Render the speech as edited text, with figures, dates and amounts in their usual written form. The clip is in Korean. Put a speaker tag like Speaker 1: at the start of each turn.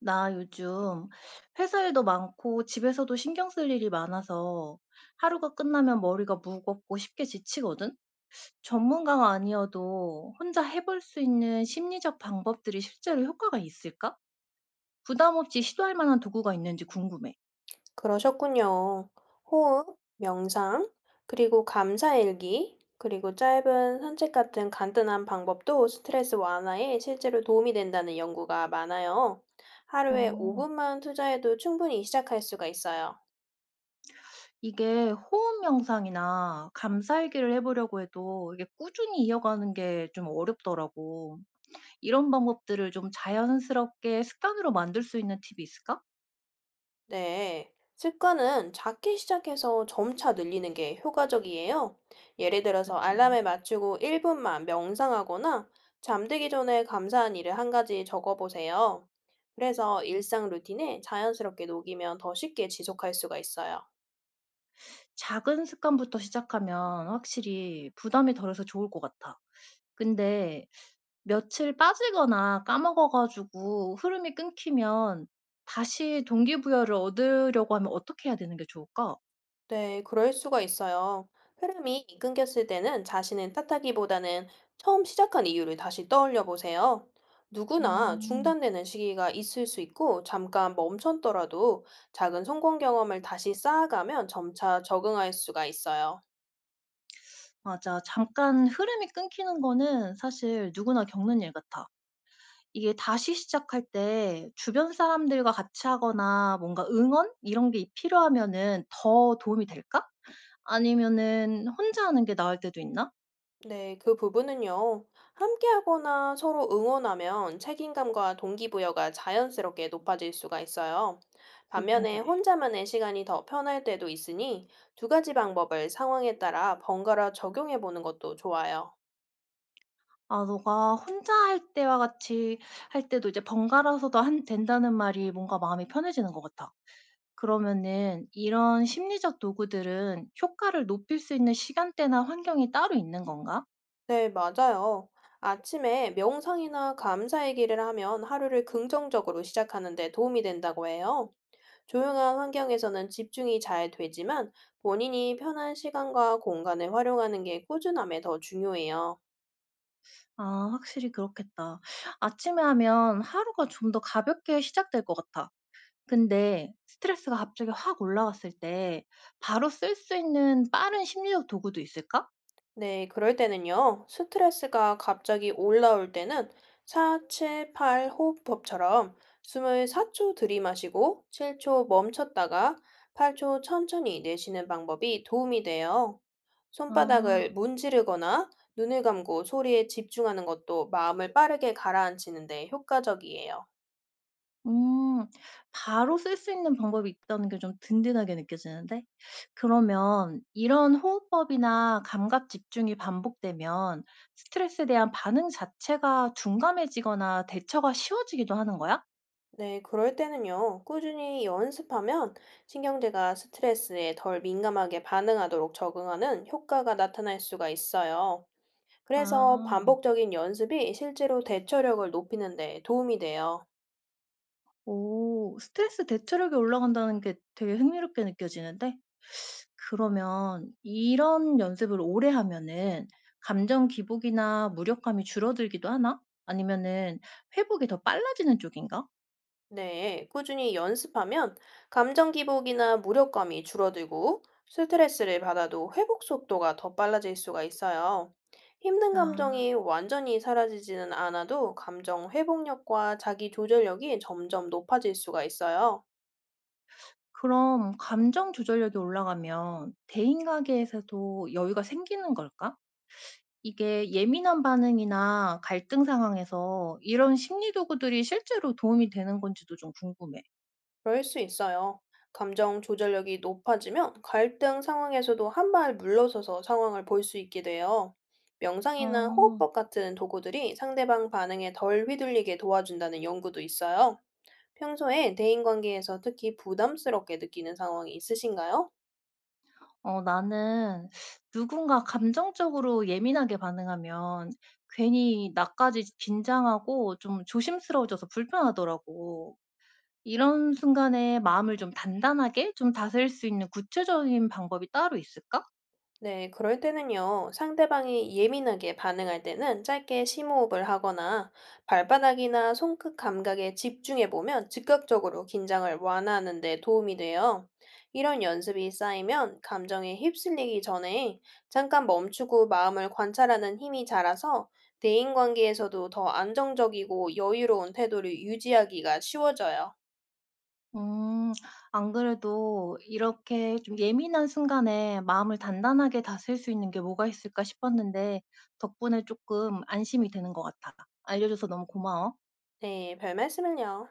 Speaker 1: 나 요즘 회사 일도 많고 집에서도 신경 쓸 일이 많아서 하루가 끝나면 머리가 무겁고 쉽게 지치거든? 전문가가 아니어도 혼자 해볼 수 있는 심리적 방법들이 실제로 효과가 있을까? 부담 없이 시도할 만한 도구가 있는지 궁금해.
Speaker 2: 그러셨군요. 호흡, 명상, 그리고 감사일기, 그리고 짧은 산책 같은 간단한 방법도 스트레스 완화에 실제로 도움이 된다는 연구가 많아요. 하루에
Speaker 1: 어,
Speaker 2: 5분만 투자해도 충분히 시작할 수가 있어요.
Speaker 1: 이게 호흡 명상이나 감살기를 해보려고 해도 이게 꾸준히 이어가는 게 좀 어렵더라고. 이런 방법들을 좀 자연스럽게 습관으로 만들 수 있는 팁이 있을까?
Speaker 2: 네, 습관은 작게 시작해서 점차 늘리는 게 효과적이에요. 예를 들어서 알람
Speaker 1: 그치.
Speaker 2: 에 맞추고 1분만 명상하거나 잠들기 전에 감사한 일을 한 가지 적어보세요. 그래서 일상 루틴에 자연스럽게 녹이면 더 쉽게 지속할 수가 있어요.
Speaker 1: 작은 습관부터 시작하면 확실히 부담이 덜해서 좋을 것 같아. 근데 며칠 빠지거나 까먹어 가지고 흐름이 끊기면 다시 동기부여를 얻으려고 하면 어떻게 해야 되는 게 좋을까?
Speaker 2: 네, 그럴 수가 있어요. 흐름이 끊겼을 때는 자신을 탓하기보다는 처음 시작한 이유를 다시 떠올려 보세요. 누구나
Speaker 1: 음.
Speaker 2: 중단되는 시기가 있을 수 있고, 잠깐 멈췄더라도 작은 성공 경험을 다시 쌓아가면 점차 적응할 수가 있어요.
Speaker 1: 맞아. 잠깐 흐름이 끊기는 거는 사실 누구나 겪는 일 같아. 이게 다시 시작할 때 주변 사람들과 같이 하거나 뭔가 응원 이런 게 필요하면은 더 도움이 될까? 아니면은 혼자 하는 게 나을 때도 있나?
Speaker 2: 네, 그 부분은요. 함께하거나 서로 응원하면 책임감과 동기부여가 자연스럽게 높아질 수가 있어요.
Speaker 1: 그건
Speaker 2: 반면에
Speaker 1: 그래.
Speaker 2: 혼자만의 시간이 더 편할 때도 있으니 두 가지 방법을 상황에 따라 번갈아 적용해 보는 것도 좋아요.
Speaker 1: 아, 너가 혼자 할 때와 같이 할 때도 이제 번갈아서도 한 된다는 말이 뭔가 마음이 편해지는 것 같아. 그러면은 이런 심리적 도구들은 효과를 높일 수 있는 시간대나 환경이 따로 있는 건가?
Speaker 2: 네, 맞아요. 아침에 명상이나 감사 얘기를 하면 하루를 긍정적으로 시작하는 데 도움이 된다고 해요. 조용한 환경에서는 집중이 잘 되지만 본인이 편한 시간과 공간을 활용하는 게 꾸준함에 더 중요해요.
Speaker 1: 아, 확실히 그렇겠다. 아침에 하면 하루가 좀 더 가볍게 시작될 것 같아. 근데 스트레스가 갑자기 확 올라왔을 때 바로 쓸 수 있는 빠른 심리적 도구도 있을까?
Speaker 2: 네, 그럴 때는요. 스트레스가 갑자기 올라올 때는 4, 7, 8 호흡법처럼 숨을 4초 들이마시고 7초 멈췄다가 8초 천천히 내쉬는 방법이 도움이 돼요.
Speaker 1: 아.
Speaker 2: 손바닥을 문지르거나 눈을 감고 소리에 집중하는 것도 마음을 빠르게 가라앉히는 데 효과적이에요.
Speaker 1: 음. 바로 쓸 수 있는 방법이 있다는 게 좀 든든하게 느껴지는데? 그러면 이런 호흡법이나 감각 집중이 반복되면 스트레스에 대한 반응 자체가 둔감해지거나 대처가 쉬워지기도 하는 거야?
Speaker 2: 네, 그럴 때는요, 꾸준히 연습하면 신경제가 스트레스에 덜 민감하게 반응하도록 적응하는 효과가 나타날 수가 있어요. 그래서
Speaker 1: 아.
Speaker 2: 반복적인 연습이 실제로 대처력을 높이는 데 도움이 돼요.
Speaker 1: 오. 스트레스 대처력이 올라간다는 게 되게 흥미롭게 느껴지는데? 그러면 이런 연습을 오래 하면은 감정 기복이나 무력감이 줄어들기도 하나? 아니면은 회복이 더 빨라지는 쪽인가?
Speaker 2: 네, 꾸준히 연습하면 감정 기복이나 무력감이 줄어들고 스트레스를 받아도 회복 속도가 더 빨라질 수가 있어요. 힘든
Speaker 1: 아.
Speaker 2: 감정이 완전히 사라지지는 않아도 감정 회복력과 자기 조절력이 점점 높아질 수가 있어요.
Speaker 1: 그럼 감정 조절력이 올라가면 대인 관계에서도 여유가 생기는 걸까? 이게 예민한 반응이나 갈등 상황에서 이런 심리 도구들이 실제로 도움이 되는 건지도 좀 궁금해.
Speaker 2: 그럴 수 있어요. 감정 조절력이 높아지면 갈등 상황에서도 한 발 물러서서 상황을 볼 수 있게 돼요. 명상이나
Speaker 1: 아.
Speaker 2: 호흡법 같은 도구들이 상대방 반응에 덜 휘둘리게 도와준다는 연구도 있어요. 평소에 대인관계에서 특히 부담스럽게 느끼는 상황이 있으신가요?
Speaker 1: 어, 나는 누군가 감정적으로 예민하게 반응하면 괜히 나까지 긴장하고 좀 조심스러워져서 불편하더라고. 이런 순간에 마음을 좀 단단하게 좀 다스릴 수 있는 구체적인 방법이 따로 있을까?
Speaker 2: 네, 그럴 때는요, 상대방이 예민하게 반응할 때는 짧게 심호흡을 하거나 발바닥이나 손끝 감각에 집중해 보면 즉각적으로 긴장을 완화하는 데 도움이 돼요. 이런 연습이 쌓이면 감정에 휩쓸리기 전에 잠깐 멈추고 마음을 관찰하는 힘이 자라서 대인관계에서도 더 안정적이고 여유로운 태도를 유지하기가 쉬워져요.
Speaker 1: 음. 안 그래도 이렇게 좀 예민한 순간에 마음을 단단하게 다스릴 수 있는 게 뭐가 있을까 싶었는데 덕분에 조금 안심이 되는 것 같아. 알려줘서 너무 고마워.
Speaker 2: 네, 별 말씀을요.